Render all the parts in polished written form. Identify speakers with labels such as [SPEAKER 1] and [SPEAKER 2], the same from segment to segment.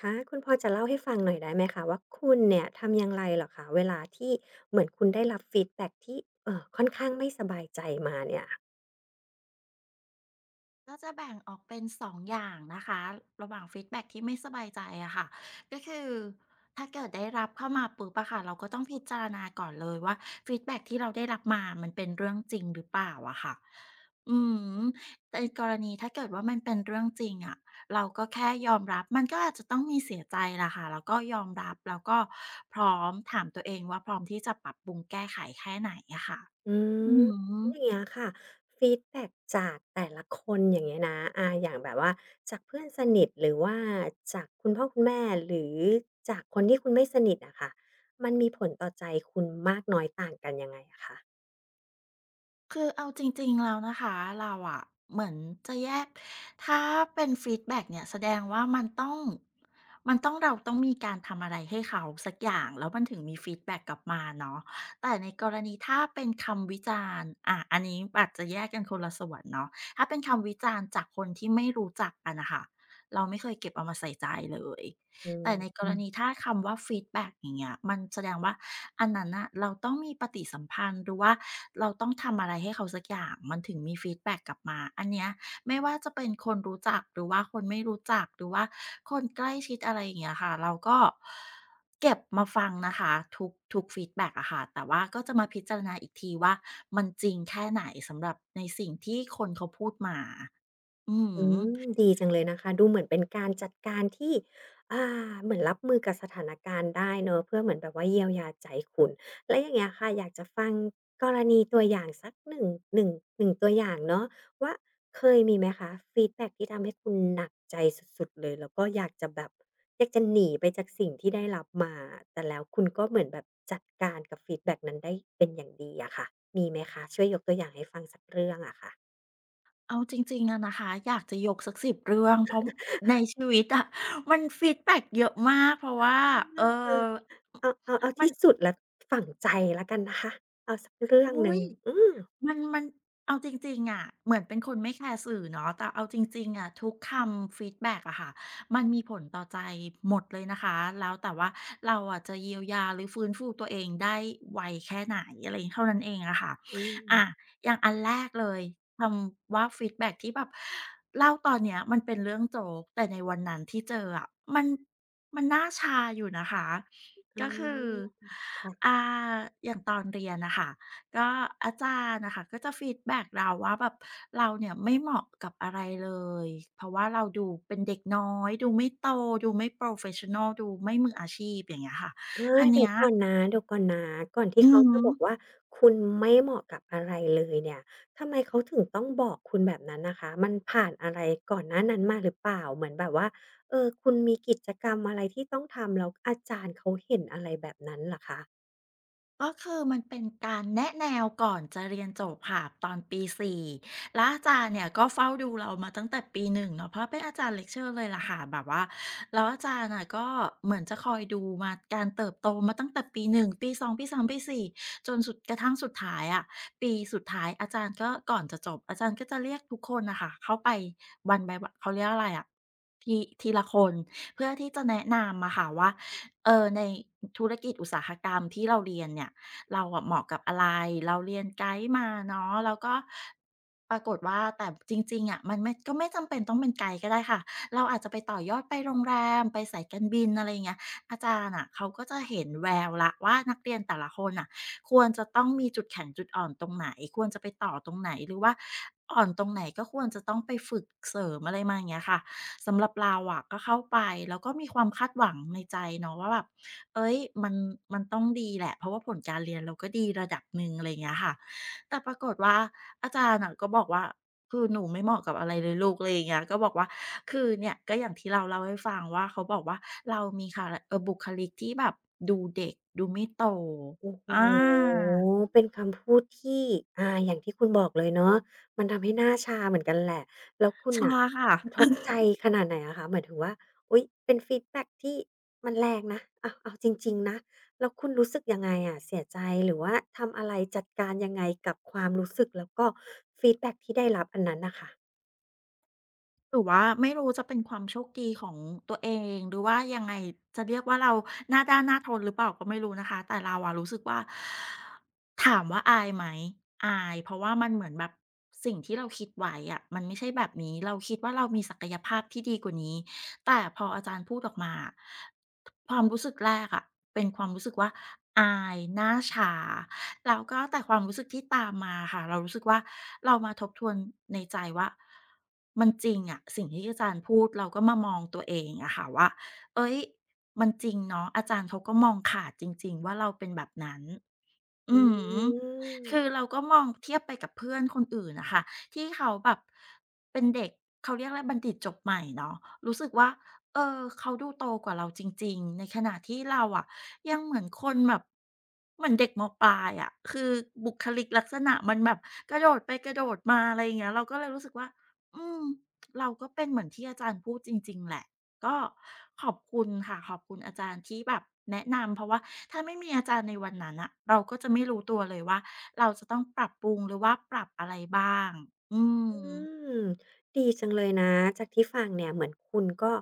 [SPEAKER 1] คะคุณพอจะเล่าให้ฟังหน่อยได้ไหมคะว่าคุณเนี่ยทำอย่างไรเหรอคะเวลาที่เหมือนคุณได้รับฟีดแบ็กที่ค่อนข้างไม่สบายใจมาเนี่ย
[SPEAKER 2] ก็จะแบ่งออกเป็น2องอย่างนะคะระหว่างฟีดแบ็กที่ไม่สบายใจอะค่ะก็คือถ้าเกิดได้รับเข้ามาปุ๊บอะค่ะเราก็ต้องพิจารณาก่อนเลยว่าฟีดแบ็กที่เราได้รับมามันเป็นเรื่องจริงหรือเปล่าอะค่ะอืมในกรณีถ้าเกิดว่ามันเป็นเรื่องจริงอะเราก็แค่ยอมรับมันก็อาจจะต้องมีเสียใจละค่ะแล้วก็ยอมรับแล้วก็พร้อมถามตัวเองว่าพร้อมที่จะปรับปรุงแก้ไขแค่ไหนอะค่ะ
[SPEAKER 1] อื
[SPEAKER 2] อื
[SPEAKER 1] ม
[SPEAKER 2] ม
[SPEAKER 1] แล้วอย่างเงี้ยค่ะฟีดแบ็กจากแต่ละคนอย่างเงี้ยนะอย่างแบบว่าจากเพื่อนสนิทหรือว่าจากคุณพ่อคุณแม่หรือจากคนที่คุณไม่สนิทอะค่ะมันมีผลต่อใจคุณมากน้อยต่างกันยังไงอะคะ
[SPEAKER 2] คือเอาจริงๆแล้วนะคะเราอะเหมือนจะแยกถ้าเป็นฟีดแบ็กเนี่ยแสดงว่ามันต้องเราต้องมีการทำอะไรให้เขาสักอย่างแล้วมันถึงมีฟีดแบ็กกลับมาเนาะแต่ในกรณีถ้าเป็นคำวิจารณ์อะอันนี้อาจจะแยกกันคนละส่วนเนาะถ้าเป็นคำวิจารณ์จากคนที่ไม่รู้จักกันน่ะค่ะเราไม่เคยเก็บเอามาใส่ใจเลย
[SPEAKER 1] อื
[SPEAKER 2] แต่ในกรณี
[SPEAKER 1] ม
[SPEAKER 2] ถ้าคำว่าฟีดแบ็กอย่างเงี้ยมันแสดงว่าอันนั้นน่ะเราต้องมีปฏิสัมพันธ์หรือว่าเราต้องทำอะไรให้เขาสักอย่างมันถึงมีฟีดแบ็กกลับมาอันเนี้ยไม่ว่าจะเป็นคนรู้จักหรือว่าคนไม่รู้จักหรือว่าคนใกล้ชิดอะไรอย่างเงี้ยค่ะเราก็เก็บมาฟังนะคะทุกฟีดแบ็กอะค่ะแต่ว่าก็จะมาพิจารณาอีกทีว่ามันจริงแค่ไหนสำหรับในสิ่งที่คนเขาพูดมาอื
[SPEAKER 1] อื
[SPEAKER 2] ม
[SPEAKER 1] มดีจังเลยนะคะดูเหมือนเป็นการจัดการที่อ่เหมือนรับมือกับสถานการณ์ได้เนอะเพื่อเหมือนแบบว่าเยียวยาใจคุณแล้วอย่างเงี้ยค่ะอยากจะฟังกรณีตัวอย่างสัก 1- ่งหนึ่งหนึ่งตัวอย่างเนาะว่าเคยมีไหมคะฟีดแบ็กที่ทำให้คุณหนักใจสุดๆเลยแล้วก็อยากจะแบบอยากจะหนีไปจากสิ่งที่ได้รับมาแต่แล้วคุณก็เหมือนแบบจัดการกับฟีดแบ็กนั้นได้เป็นอย่างดีอะค่ะมีไหมคะช่วยยกตัวอย่างให้ฟังสักเรื่องอะค่ะ
[SPEAKER 2] เอาจริงๆอะนะคะอยากจะยกสักสิบเรื่องเพราะในชีวิตอะ มันฟีดแบ็กเยอะมากเพราะว่าเออ
[SPEAKER 1] เออ เอาเอาเอา
[SPEAKER 2] มัน
[SPEAKER 1] ที่สุดและฝังใจแล้วกันนะคะเอาสักเรื่องห
[SPEAKER 2] อุ๊
[SPEAKER 1] นึ่ง
[SPEAKER 2] ย
[SPEAKER 1] อืม
[SPEAKER 2] มันเอาจริงๆอะเหมือนเป็นคนไม่แคร์สื่อเนาะแต่เอาจริงๆอะทุกคำฟีดแบ็กอะค่ะมันมีผลต่อใจหมดเลยนะคะแล้วแต่ว่าเราอะจะเยียวยาหรือฟื้นฟูตัวเองได้ไวแค่ไหนอะไรเท่านั้นเองอะค่ะ
[SPEAKER 1] อืม
[SPEAKER 2] อาอย่างอันแรกเลยคำว่าฟีดแบ็กที่แบบเล่าตอนเนี้ยมันเป็นเรื่องโจ๊กแต่ในวันนั้นที่เจออะมันมันน่าชาอยู่นะคะ
[SPEAKER 1] อ
[SPEAKER 2] ก็คือ
[SPEAKER 1] า
[SPEAKER 2] อ
[SPEAKER 1] ค่ะ
[SPEAKER 2] ่าอย่างตอนเรียนน่ะค่ะ ก็อาจารย์นะคะก็จะฟีดแบ็กเราว่าแบบเราเนี่ยไม่เหมาะกับอะไรเลยเพราะว่าเราดูเป็นเด็กน้อยดูไม่โตดูไม่โปรเฟชชั่นัลดูไม่มืออาชีพอย่างเงี้ยค่ะ
[SPEAKER 1] อา
[SPEAKER 2] อัน
[SPEAKER 1] เดี๋
[SPEAKER 2] เนี้
[SPEAKER 1] ย
[SPEAKER 2] ย
[SPEAKER 1] วก่อนนะเดี๋ยวก่อนนะก่อนที่
[SPEAKER 2] อื
[SPEAKER 1] เขา
[SPEAKER 2] ม
[SPEAKER 1] จะบอกว่าคุณไม่เหมาะกับอะไรเลยเนี่ยทำไมเขาถึงต้องบอกคุณแบบนั้นน่ะคะมันผ่านอะไรก่อนหน้านั้นมาหรือเปล่าเหมือนแบบว่าเออคุณมีกิจกรรมอะไรที่ต้องทำแล้วอาจารย์เขาเห็นอะไรแบบนั้นเหรอคะ
[SPEAKER 2] ก็คือมันเป็นการแนะแนวก่อนจะเรียนจบค่ะตอนปีสี่แล้วอาจารย์เนี่ยก็เฝ้าดูเรามาตั้งแต่ปีหนึ่งเนาะเพราะเป็นอาจารย์เลคเชอร์เลยล่ะค่ะแบบว่าแล้วอาจารย์น่ะก็เหมือนจะคอยดูมาการเติบโตมาตั้งแต่ปีหนึ่งปีสองปีสามปีสี่จนสุดกระทั่งสุดท้ายอะปีสุดท้ายอาจารย์ก็ก่อนจะจบอาจารย์ก็จะเรียกทุกคนนะคะเข้าไปวันไปเขาเรียกอะไรอะทีทีละคนเพื่อที่จะแนะนำอะค่ะว่า เออในธุรกิจอุตสาหกรรมที่เราเรียนเนี่ยเราอะเหมาะกับอะไรเราเรียนไกด์มาเนาะแล้วก็ปรากฏว่าแต่จริงๆอะมันไม่ก็ไม่จำเป็นต้องเป็นไกด์ก็ได้ค่ะเราอาจจะไปต่อยอดไปโรงแรมไปสายการบินอะไรอย่างเงี้ยอาจารย์อ่ะเขาก็จะเห็นแววละว่านักเรียนแต่ละคนอ่ะควรจะต้องมีจุดแข็งจุดอ่อนตรงไหนควรจะไปต่อตรงไหนหรือว่าอ่อนตรงไหนก็ควรจะต้องไปฝึกเสริมอะไรมาอย่างเงี้ยค่ะ สำหรับเราอะก็เข้าไปแล้วก็มีความคาดหวังในใจเนาะว่าแบบเอ้ยมันมันต้องดีแหละเพราะว่าผลการเรียนเราก็ดีระดับหนึ่งอะไรอย่างเงี้ยค่ะแต่ปรากฏว่าอาจารย์น่ะก็บอกว่าคือหนูไม่เหมาะกับอะไรเลยลูกอะไรอย่างเงี้ยก็บอกว่าคือเนี่ยก็อย่างที่เราเล่าให้ฟังว่าเขาบอกว่าเรามีคาแรกบุคลิกที่แบบดูเด็กดูไม่โต
[SPEAKER 1] โอ้โห
[SPEAKER 2] อา
[SPEAKER 1] เป็นคำพูดที่อย่างที่คุณบอกเลยเนาะมันทำให้หน้าชาเหมือนกันแหละ แล้วคุณ
[SPEAKER 2] ใช่
[SPEAKER 1] น่ะ
[SPEAKER 2] ค่ะ
[SPEAKER 1] กระทบใจขนาดไหนอะคะหมายถึงว่าอุ๊ยเป็นฟีดแบ็กที่มันแรงนะ เอาเอาจริงๆนะ แล้วคุณรู้สึกยังไงอะเสียใจหรือว่าทำอะไรจัดการยังไงกับความรู้สึกแล้วก็ฟีดแบ็กที่ได้รับอันนั้นน่ะค่ะ
[SPEAKER 2] หรือว่าไม่รู้จะเป็นความโชคดีของตัวเองหรือว่ายังไงจะเรียกว่าเราหน้าด้านหน้าทนหรือเปล่าก็ไม่รู้นะคะแต่เราอะรู้สึกว่าถามว่าอายไหมอายเพราะว่ามันเหมือนแบบสิ่งที่เราคิดไว้อะมันไม่ใช่แบบนี้เราคิดว่าเรามีศักยภาพที่ดีกว่านี้แต่พออาจารย์พูดออกมาความรู้สึกแรกอะเป็นความรู้สึกว่าอายหน้าชา แล้วก็แต่ความรู้สึกที่ตามมาค่ะเรารู้สึกว่าเรามาทบทวนในใจว่ามันจริงอะสิ่งที่อาจารย์พูดเราก็มามองตัวเองอะค่ะว่าเอ้ยมันจริงเนาะอาจารย์เขาก็มองขาดจริงๆว่าเราเป็นแบบนั้น
[SPEAKER 1] อ
[SPEAKER 2] อืม
[SPEAKER 1] ืม
[SPEAKER 2] คือเราก็มองเทียบไปกับเพื่อนคนอื่นนะคะที่เขาแบบเป็นเด็กเขาเรียกอะไรบัณฑิตจบใหม่เนาะรู้สึกว่าเออเขาดูโตกว่าเราจริงๆในขณะที่เราอะยังเหมือนคนแบบเหมือนเด็กมปลายอะคือบุคลิกลักษณะมันแบบกระโดดไปกระโดดมาอะไรอย่างเงี้ยเราก็เลยรู้สึกว่าอืมเราก็เป็นเหมือนที่อาจารย์พูดจริงๆแหละ ก็ขอบคุณค่ะขอบคุณอาจารย์ที่แบบแนะนำเพราะว่าถ้าไม่มีอาจารย์ในวันนั้นอ่ะเราก็จะไม่รู้ตัวเลยว่าเราจะต้องปรับปรุงหรือว่าปรับอะไรบ้าง อืม
[SPEAKER 1] อืมดีจังเลยนะจากที่ฟังเนี่ยเหมือนคุณก็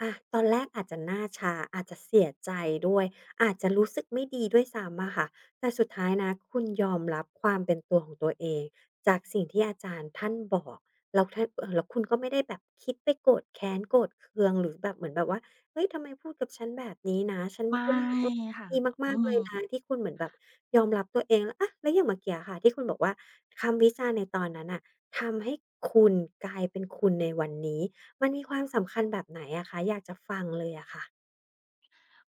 [SPEAKER 1] อะตอนแรกอาจจะหน้าชาอาจจะเสียใจด้วยอาจจะรู้สึกไม่ดีด้วยซ้ำอะค่ะแต่สุดท้ายนะคุณยอมรับความเป็นตัวของตัวเองจากสิ่งที่อาจารย์ท่านบอกแล้วท่านแล้วคุณก็ไม่ได้แบบคิดไปโกรธแค้นโกรธเคืองหรือแบบเหมือนแบบว่าเฮ้ยทำไมพูดกับฉันแบบนี้นะฉัน
[SPEAKER 2] ไม่
[SPEAKER 1] ก็ไม่เออ
[SPEAKER 2] ค่ะ
[SPEAKER 1] ดี
[SPEAKER 2] อื
[SPEAKER 1] มากๆเลยนะ
[SPEAKER 2] ม
[SPEAKER 1] ที่คุณเหมือนแบบยอมรับตัวเองแล้วอะแล้วอย่างเมื่อกี้อะค่ะที่คุณบอกว่าคำวิจารณ์ในตอนนั้นน่ะ ทำให้คุณกลายเป็นคุณในวันนี้มันมีความสำคัญแบบไหนอะคะอยากจะฟังเลยอะค่ะ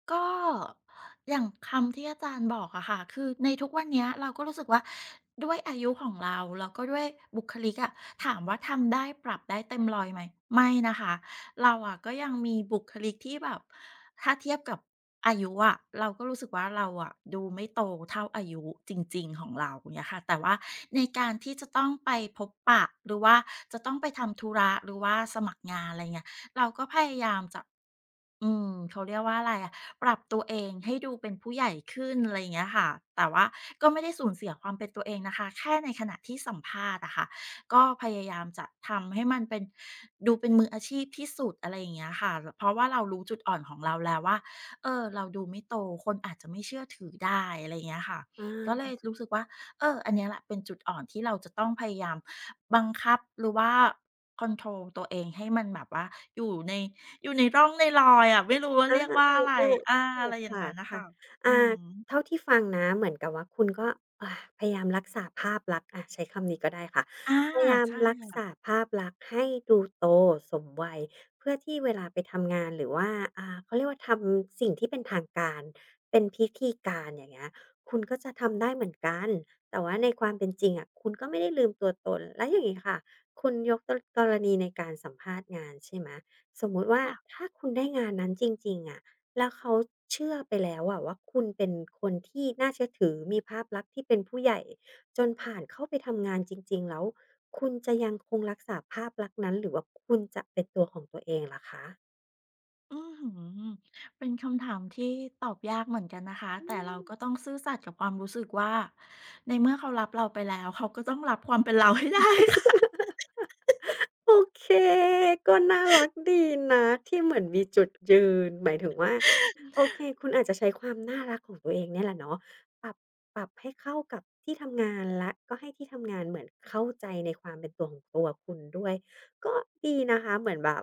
[SPEAKER 2] ก็อย่างคำที่อาจารย์บอกอะค่ะคือในทุกวันเนี้ยเราก็รู้สึกว่าด้วยอายุของเราแล้วก็ด้วยบุคลิกอะถามว่าทำได้ปรับได้เต็ม1อยไหมไม่นะคะเราอะก็ยังมีบุคลิกที่แบบถ้าเทียบกับอายุอะเราก็รู้สึกว่าเราอะดูไม่โตเท่าอายุจริงๆของเราเงี้ยค่ะแต่ว่าในการที่จะต้องไปพบปะหรือว่าจะต้องไปทำธุระหรือว่าสมัครงานอะไรเงี้ย เราก็พยายามจะเขาเรียกว่าอะไรอะปรับตัวเองให้ดูเป็นผู้ใหญ่ขึ้นอะไรอย่างเงี้ยค่ะแต่ว่าก็ไม่ได้สูญเสียความเป็นตัวเองนะคะแค่ในขณะที่สัมภาษณ์อะค่ะก็พยายามจะทำให้มันเป็นดูเป็นมืออาชีพที่สุดอะไรอย่างเงี้ยค่ะรเพราะว่าเรารู้จุดอ่อนของเราแล้วว่าเออเราดูไม่โตคนอาจจะไม่เชื่อถือได้อะไรอย่างเงี้ยค่ะ
[SPEAKER 1] อ
[SPEAKER 2] ก็เล
[SPEAKER 1] า
[SPEAKER 2] ยรู้สึกว่า เอออันเนี้ยแหละเป็นจุดอ่อนที่เราจะต้องพยายามบังคับหรือว่าคอนโทรลตัวเองให้มันแบบว่าอยู่ในอยู่ในร่องในรอยอะไม่รู้ว่า
[SPEAKER 1] อา
[SPEAKER 2] เรียกว่าอะไร
[SPEAKER 1] เออ
[SPEAKER 2] อา
[SPEAKER 1] ๆถู
[SPEAKER 2] อะไร
[SPEAKER 1] ก
[SPEAKER 2] อย่าง
[SPEAKER 1] ค่ะ
[SPEAKER 2] งั้นน่ะ
[SPEAKER 1] ค่ะ
[SPEAKER 2] ค่ะอืม
[SPEAKER 1] อ่าเท่าที่ฟังนะเหมือนกับว่าคุณก็อาพยายามรักษาภาพลักษณ์อะใช้คำนี้ก็ได้ค่ะ
[SPEAKER 2] อา
[SPEAKER 1] พยายาม
[SPEAKER 2] ใช่
[SPEAKER 1] รัก
[SPEAKER 2] แล้
[SPEAKER 1] ษา
[SPEAKER 2] ว
[SPEAKER 1] ภาพลักษณ์ให้ดูโตสมวัยเพื่อที่เวลาไปทำงานหรือว่าเขาเรียกว่าทำสิ่งที่เป็นทางการเป็นพิธีการอย่างเงี้ยคุณก็จะทำได้เหมือนกันแต่ว่าในความเป็นจริงอะคุณก็ไม่ได้ลืมตัวตนแล้วอย่างงี้ค่ะคุณยกตกรณีในการสัมภาษณ์งานใช่ไหม สมมุติว่า
[SPEAKER 2] ค่ะ
[SPEAKER 1] ถ้าคุณได้งานนั้นจริงๆอะแล้วเขาเชื่อไปแล้วอะว่าคุณเป็นคนที่น่าเชื่อถือมีภาพลักษณ์ที่เป็นผู้ใหญ่จนผ่านเข้าไปทำงานจริงๆแล้วคุณจะยังคงรักษาภาพลักษณ์นั้นหรือว่าคุณจะเป็นตัวของตัวเองล่ะคะ
[SPEAKER 2] อื้อฮือเป็นคำถามที่ตอบยากเหมือนกันนะคะแต่เราก็ต้องซื่อสัตย์กับความรู้สึกว่าในเมื่อเขารับเราไปแล้วเขาก็ต้องรับความเป็นเราให้ได้ค่ะ
[SPEAKER 1] โอเคก็น่ารักดีนะที่เหมือนมีจุดยืนหมายถึงว่าโอเคคุณอาจจะใช้ความน่ารักของตัวเองเนี่ยแหละเนาะปรับปรับให้เข้ากับที่ทำงานและก็ให้ที่ทำงานเหมือนเข้าใจในความเป็นตัวของตัวคุณด้วยก็ดีนะคะเหมือนแบบ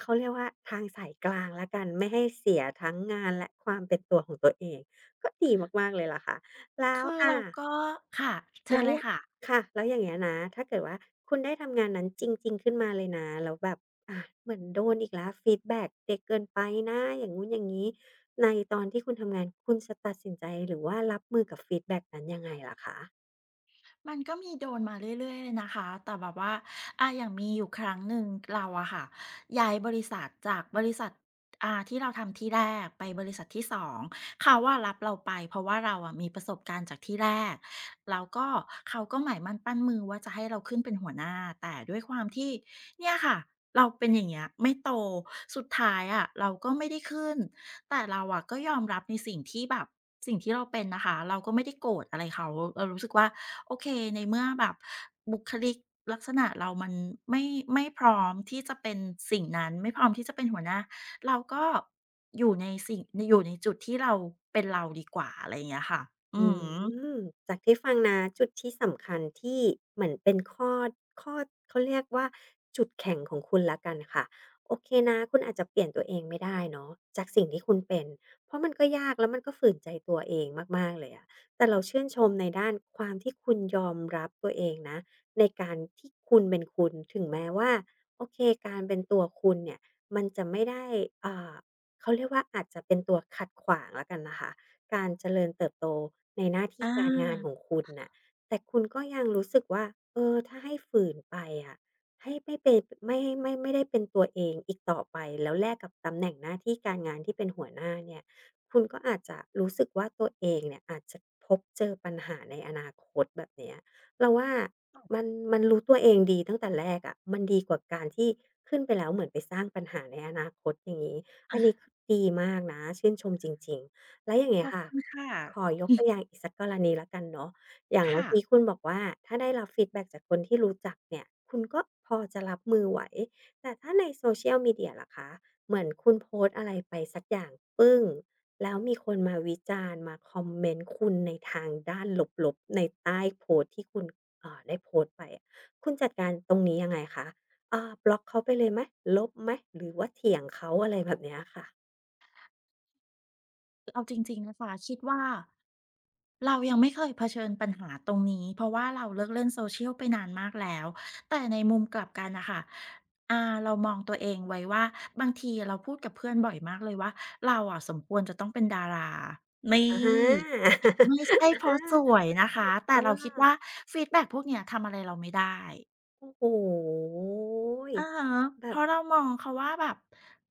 [SPEAKER 1] เขาเรียกว่าทางสายกลางแล้วกันไม่ให้เสียทั้งงานและความเป็นตัวของตัวเองก็ดีมากๆเลยล่ะค่ะแล้ว
[SPEAKER 2] คือเราก็ค่ะเชิ
[SPEAKER 1] แล้
[SPEAKER 2] ญ
[SPEAKER 1] ว
[SPEAKER 2] เล
[SPEAKER 1] อ
[SPEAKER 2] ย
[SPEAKER 1] ย่าง
[SPEAKER 2] ค่ะ
[SPEAKER 1] ค่ะแล้วอย่างเงี้ยนะถ้าเกิดว่าคุณได้ทำงานนั้นจริงๆขึ้นมาเลยนะแล้วแบบอาเหมือนโดนอีกแล้วฟีดแบ็กเด็กเกินไปนะอย่างงู้นอย่างงี้ในตอนที่คุณทำงานคุณจะตัดสินใจหรือว่ารับมือกับฟีดแบ็กนั้นยังไงล่ะคะ
[SPEAKER 2] มันก็มีโดนมาเรื่อยๆเลยนะคะแต่แบบว่าอย่างมีอยู่ครั้งหนึ่งเราอะค่ะย้ายบริษัทจากบริษัทที่เราทำที่แรกไปบริษัทที่สองเขาอะรับเราไปเพราะว่าเราอะมีประสบการณ์จากที่แรกแล้วก็เขาก็หมายมั่นปั้นมือว่าจะให้เราขึ้นเป็นหัวหน้าแต่ด้วยความที่เนี่ยค่ะเราเป็นอย่างเงี้ยไม่โตสุดท้ายอะเราก็ไม่ได้ขึ้น แต่เราอะก็ยอมรับในสิ่งที่แบบสิ่งที่เราเป็นนะคะเราก็ไม่ได้โกรธอะไรเขาเรารู้สึกว่าโอเคในเมื่อแบบบุคลิกลักษณะเรามันไม่ไม่พร้อมที่จะเป็นสิ่งนั้นไม่พร้อมที่จะเป็นหัวหน้าเราก็อยู่ในสิ่งอยู่ในจุดที่เราเป็นเราดีกว่าอะไรอย่างเงี้ยค่ะอื
[SPEAKER 1] อื
[SPEAKER 2] อฮ
[SPEAKER 1] มจากที่ฟังนะจุดที่สำคัญที่เหมือนเป็นข้อเขาเรียกว่าจุดแข็งของคุณแล้วกันค่ะโอเคนะคุณอาจจะเปลี่ยนตัวเองไม่ได้เนาะจากสิ่งที่คุณเป็นเพราะมันก็ยากแล้วมันก็ฝืนใจตัวเองมากๆเลยอะแต่เราชื่นชมในด้านความที่คุณยอมรับตัวเองนะในการที่คุณเป็นคุณถึงแม้ว่าโอเคการเป็นตัวคุณเนี่ยมันจะไม่ได้อ่าเขาเรียกว่าอาจจะเป็นตัวขัดขวางแล้วกันนะคะ การเจริญเติบโตในหน้าที่
[SPEAKER 2] อา
[SPEAKER 1] การงานของคุณน่ะแต่คุณก็ยังรู้สึกว่า เออ ถ้าให้ฝืนไปอะให้ไม่เป็นไม่ได้เป็นตัวเองอีกต่อไป แล้วแลกกับตำแหน่งหน้าที่การงานที่เป็นหัวหน้าเนี่ยคุณก็อาจจะรู้สึกว่าตัวเองเนี่ยอาจจะพบเจอปัญหาในอนาคตแบบเนี้ยเราว่ามันมันรู้ตัวเองดีตั้งแต่แรกอะมันดีกว่าการที่ขึ้นไปแล้วเหมือนไปสร้างปัญหาในอนาคตอย่างงี้อันนี้คือดีมากนะชื่นชมจริงๆ แล้วอย่าง
[SPEAKER 2] ข
[SPEAKER 1] เงี้ย
[SPEAKER 2] อบ
[SPEAKER 1] ค่ะ
[SPEAKER 2] คุณค่ะ
[SPEAKER 1] ขอยกตัวอย่างอีกสักกรณีแล้วกันเนาะอย่างเมื่อ
[SPEAKER 2] ค่ะ
[SPEAKER 1] กี้คุณบอกว่าถ้าได้รับฟีดแบ็กจากคนที่รู้จักเนี่ยคุณก็พอจะรับมือไหวแต่ถ้าใน Social Media ล่ะคะเหมือนคุณโพสต์อะไรไปสักอย่างปึ้งแล้วมีคนมาวิจารณ์มาคอมเมนต์คุณในทางด้านลบๆในใต้โพสต์ที่คุณได้โพสต์ไปอะคุณจัดการตรงนี้ยังไงคะบล็อกเขาไปเลยไหมลบไหมหรือว่าเถียงเขาอะไรแบบเนี้ยค่ะ
[SPEAKER 2] เอาจริงๆนะคะคิดว่า เรายังไม่เคยเผชิญปัญหาตรงนี้เพราะว่าเราเลิกเล่น Social ไปนานมากแล้วแต่ในมุมกลับกันน่ะค่ะอ่าเรามองตัวเองไว้ว่าบางทีเราพูดกับเพื่อนบ่อยมากเลยว่าเราอะสมควรจะต้องเป็นดารานี
[SPEAKER 1] อะฮ
[SPEAKER 2] ่
[SPEAKER 1] ะ
[SPEAKER 2] ไม่ใช่
[SPEAKER 1] อะ
[SPEAKER 2] เพ
[SPEAKER 1] ฮะ
[SPEAKER 2] ราะสวยนะคะแต่
[SPEAKER 1] อ
[SPEAKER 2] เราคิดว่า
[SPEAKER 1] า
[SPEAKER 2] ฟีดแบ็กพวกเนี้ยทำอะไรเราไม่ได้
[SPEAKER 1] โอ้โฮ
[SPEAKER 2] อะฮะเพ
[SPEAKER 1] แบบ
[SPEAKER 2] ราะเรามองเขาว่าแบบ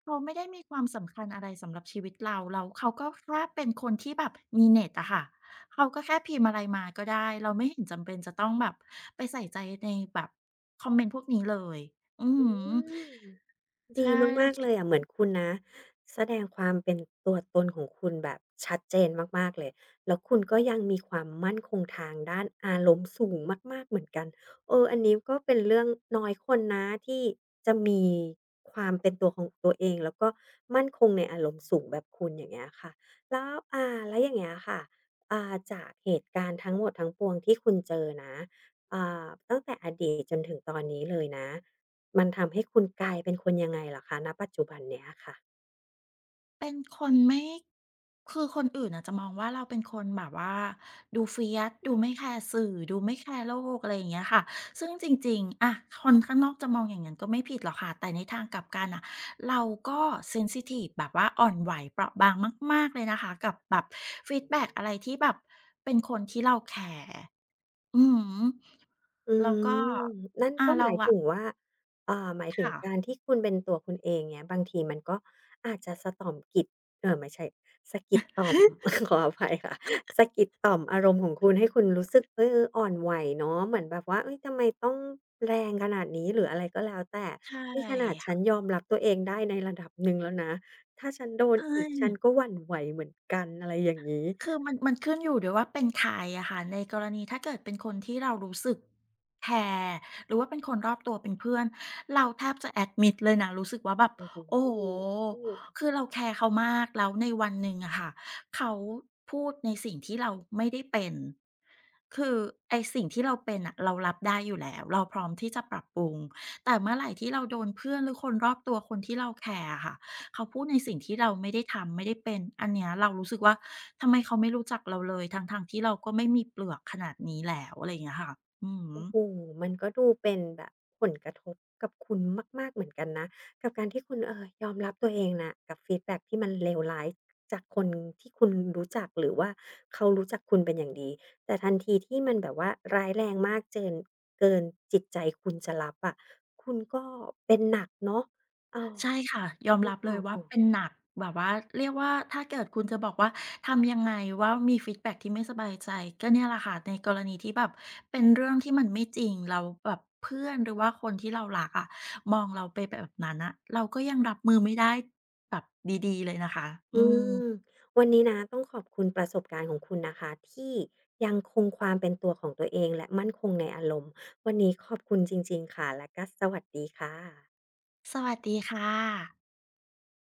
[SPEAKER 2] เขาไม่ได้มีความสำคัญอะไรสำหรับชีวิตเราแล้วเขาก็แค่เป็นคนที่แบบมีเน็ตอะค่ะเขาก็แค่พิมพ์อะไรมาก็ได้ เราไม่เห็นจำเป็นจะต้องแบบไปใส่ใจในแบบคอมเมนต์พวกนี้เลย อือฮึ
[SPEAKER 1] อืม ดี
[SPEAKER 2] ใช่เรา
[SPEAKER 1] มากๆ
[SPEAKER 2] คิ
[SPEAKER 1] เล
[SPEAKER 2] ด
[SPEAKER 1] ยอะเหมือนคุณนะแสดงความเป็นตัวตนของคุณแบบชัดเจนมากๆเลยแล้วคุณก็ยังมีความมั่นคงทางด้านอารมณ์สูงมากๆเหมือนกันเอออันนี้ก็เป็นเรื่องน้อยคนนะที่จะมีความเป็นตัวของตัวเองแล้วก็มั่นคงในอารมณ์สูงแบบคุณอย่างเงี้ยค่ะแล้วอย่างเงี้ยค่ะจากเหตุการณ์ทั้งหมดทั้งปวงที่คุณเจอนะตั้งแต่อดีตจนถึงตอนนี้เลยนะ มันทำให้คุณกลายเป็นคนยังไงเหรอคะณปัจจุบันเนี้ยค่ะ
[SPEAKER 2] เป็นคนไม่คือคนอื่นอาจจะมองว่าเราเป็นคนแบบว่าดูเฟีย c ดูไม่แคร์สื่อดูไม่แคร์โลกอะไรอย่างเงี้ยค่ะซึ่งจริงๆอะคนข้างนอกจะมองอย่างงั้นก็ไม่ผิดหรอกค่ะแต่ในทางกลับกันน่ะเราก็เซนซิทิฟแบบว่าอ่อนไหวเปราะบางมากๆเลยนะคะกับแบบฟีดแบ็กอะไรที่แบบเป็นคนที่เราแคร์อือฮึ
[SPEAKER 1] อื
[SPEAKER 2] แล้วก็
[SPEAKER 1] มนั่น
[SPEAKER 2] อา
[SPEAKER 1] ก็
[SPEAKER 2] เรา
[SPEAKER 1] หมาย
[SPEAKER 2] อะ
[SPEAKER 1] ถึงว่าเอ่าหมายถึง
[SPEAKER 2] ค่ะ
[SPEAKER 1] การที่คุณเป็นตัวคุณเองเงี้ยบางทีมันก็อาจจะสะต่อมกิดเอ่อไม่ใช่สะกิดต่อม ขออภัยค่ะสะกิดต่อมอารมณ์ของคุณให้คุณรู้สึกเอออ่อนไหวเนาะเหมือนแบบว่าเฮ้ยทำไมต้องแรงขนาดนี้หรืออะไรก็แล้วแต่
[SPEAKER 2] ใช่
[SPEAKER 1] นี่ขนาดฉั
[SPEAKER 2] ค่ะ
[SPEAKER 1] นยอมรับตัวเองได้ในระดับหนึ่งแล้วนะถ้าฉันโดน
[SPEAKER 2] ใช่
[SPEAKER 1] อีกฉันก็หวั่นไหวเหมือนกันอะไรอย่างงี้
[SPEAKER 2] คือมันขึ้นอยู่ด้วยว่าเป็นใครอะค่ะในกรณีถ้าเกิดเป็นคนที่เรารู้สึกแคร์หรือว่าเป็นคนรอบตัวเป็นเพื่อนเราแทบจะ admit เลยนะรู้สึกว่าแบบ
[SPEAKER 1] โอ้โห
[SPEAKER 2] โอ้โฮคือเราแคร์เขามากแล้วในวันหนึ่งอะค่ะเขาพูดในสิ่งที่เราไม่ได้เป็นคือไอ้สิ่งที่เราเป็นน่ะเรารับได้อยู่แล้วเราพร้อมที่จะปรับปรุงแต่เมื่อไรที่เราโดนเพื่อนหรือคนรอบตัวคนที่เราแคร์อะค่ะ เขาพูดในสิ่งที่เราไม่ได้ทำไม่ได้เป็นอันเนี้ยเรารู้สึกว่าทำไมเขาไม่รู้จักเราเลยทั้งๆที่เราก็ไม่มีเปลือกขนาดนี้แล้วอะไรอย่างเงี้ยค่ะอือฮึ
[SPEAKER 1] โอ้โหมันก็ดูเป็นแบบผลกระทบกับคุณมากๆเหมือนกันนะกับการที่คุณยอมรับตัวเองน่ะกับฟีดแบ็กที่มันเลวร้ายจากคนที่คุณรู้จักหรือว่าเขารู้จักคุณเป็นอย่างดีแต่ทันทีที่มันแบบว่าร้ายแรงมากเกินจิตใจคุณจะรับอะคุณก็เป็นหนักเนาะอ้อ
[SPEAKER 2] ใช่ค่ะยอม
[SPEAKER 1] อ
[SPEAKER 2] รับเล
[SPEAKER 1] ้
[SPEAKER 2] ยว่า
[SPEAKER 1] อ
[SPEAKER 2] เป็น
[SPEAKER 1] ๆ
[SPEAKER 2] หนักแบบว่าเรียกว่าถ้าเกิดคุณจะบอกว่าทำยังไงว่ามีฟีดแบ็กที่ไม่สบายใจก็เนี่ยแหละค่ะในกรณีที่แบบเป็นเรื่องที่มันไม่จริงแล้วแบบเพื่อนหรือว่าคนที่เรารักอะมองเราไปแบบนั้นน่ะเราก็ยังรับมือไม่ได้แบบดีๆเลยนะคะอื
[SPEAKER 1] อืม
[SPEAKER 2] ม
[SPEAKER 1] วันนี้นะต้องขอบคุณประสบการณ์ของคุณนะคะที่ยังคงความเป็นตัวของตัวเองและมั่นคงในอารมณ์วันนี้ขอบคุณจริงๆค่ะและก็สวัสดีค่ะ
[SPEAKER 2] สวัสดีค่ะ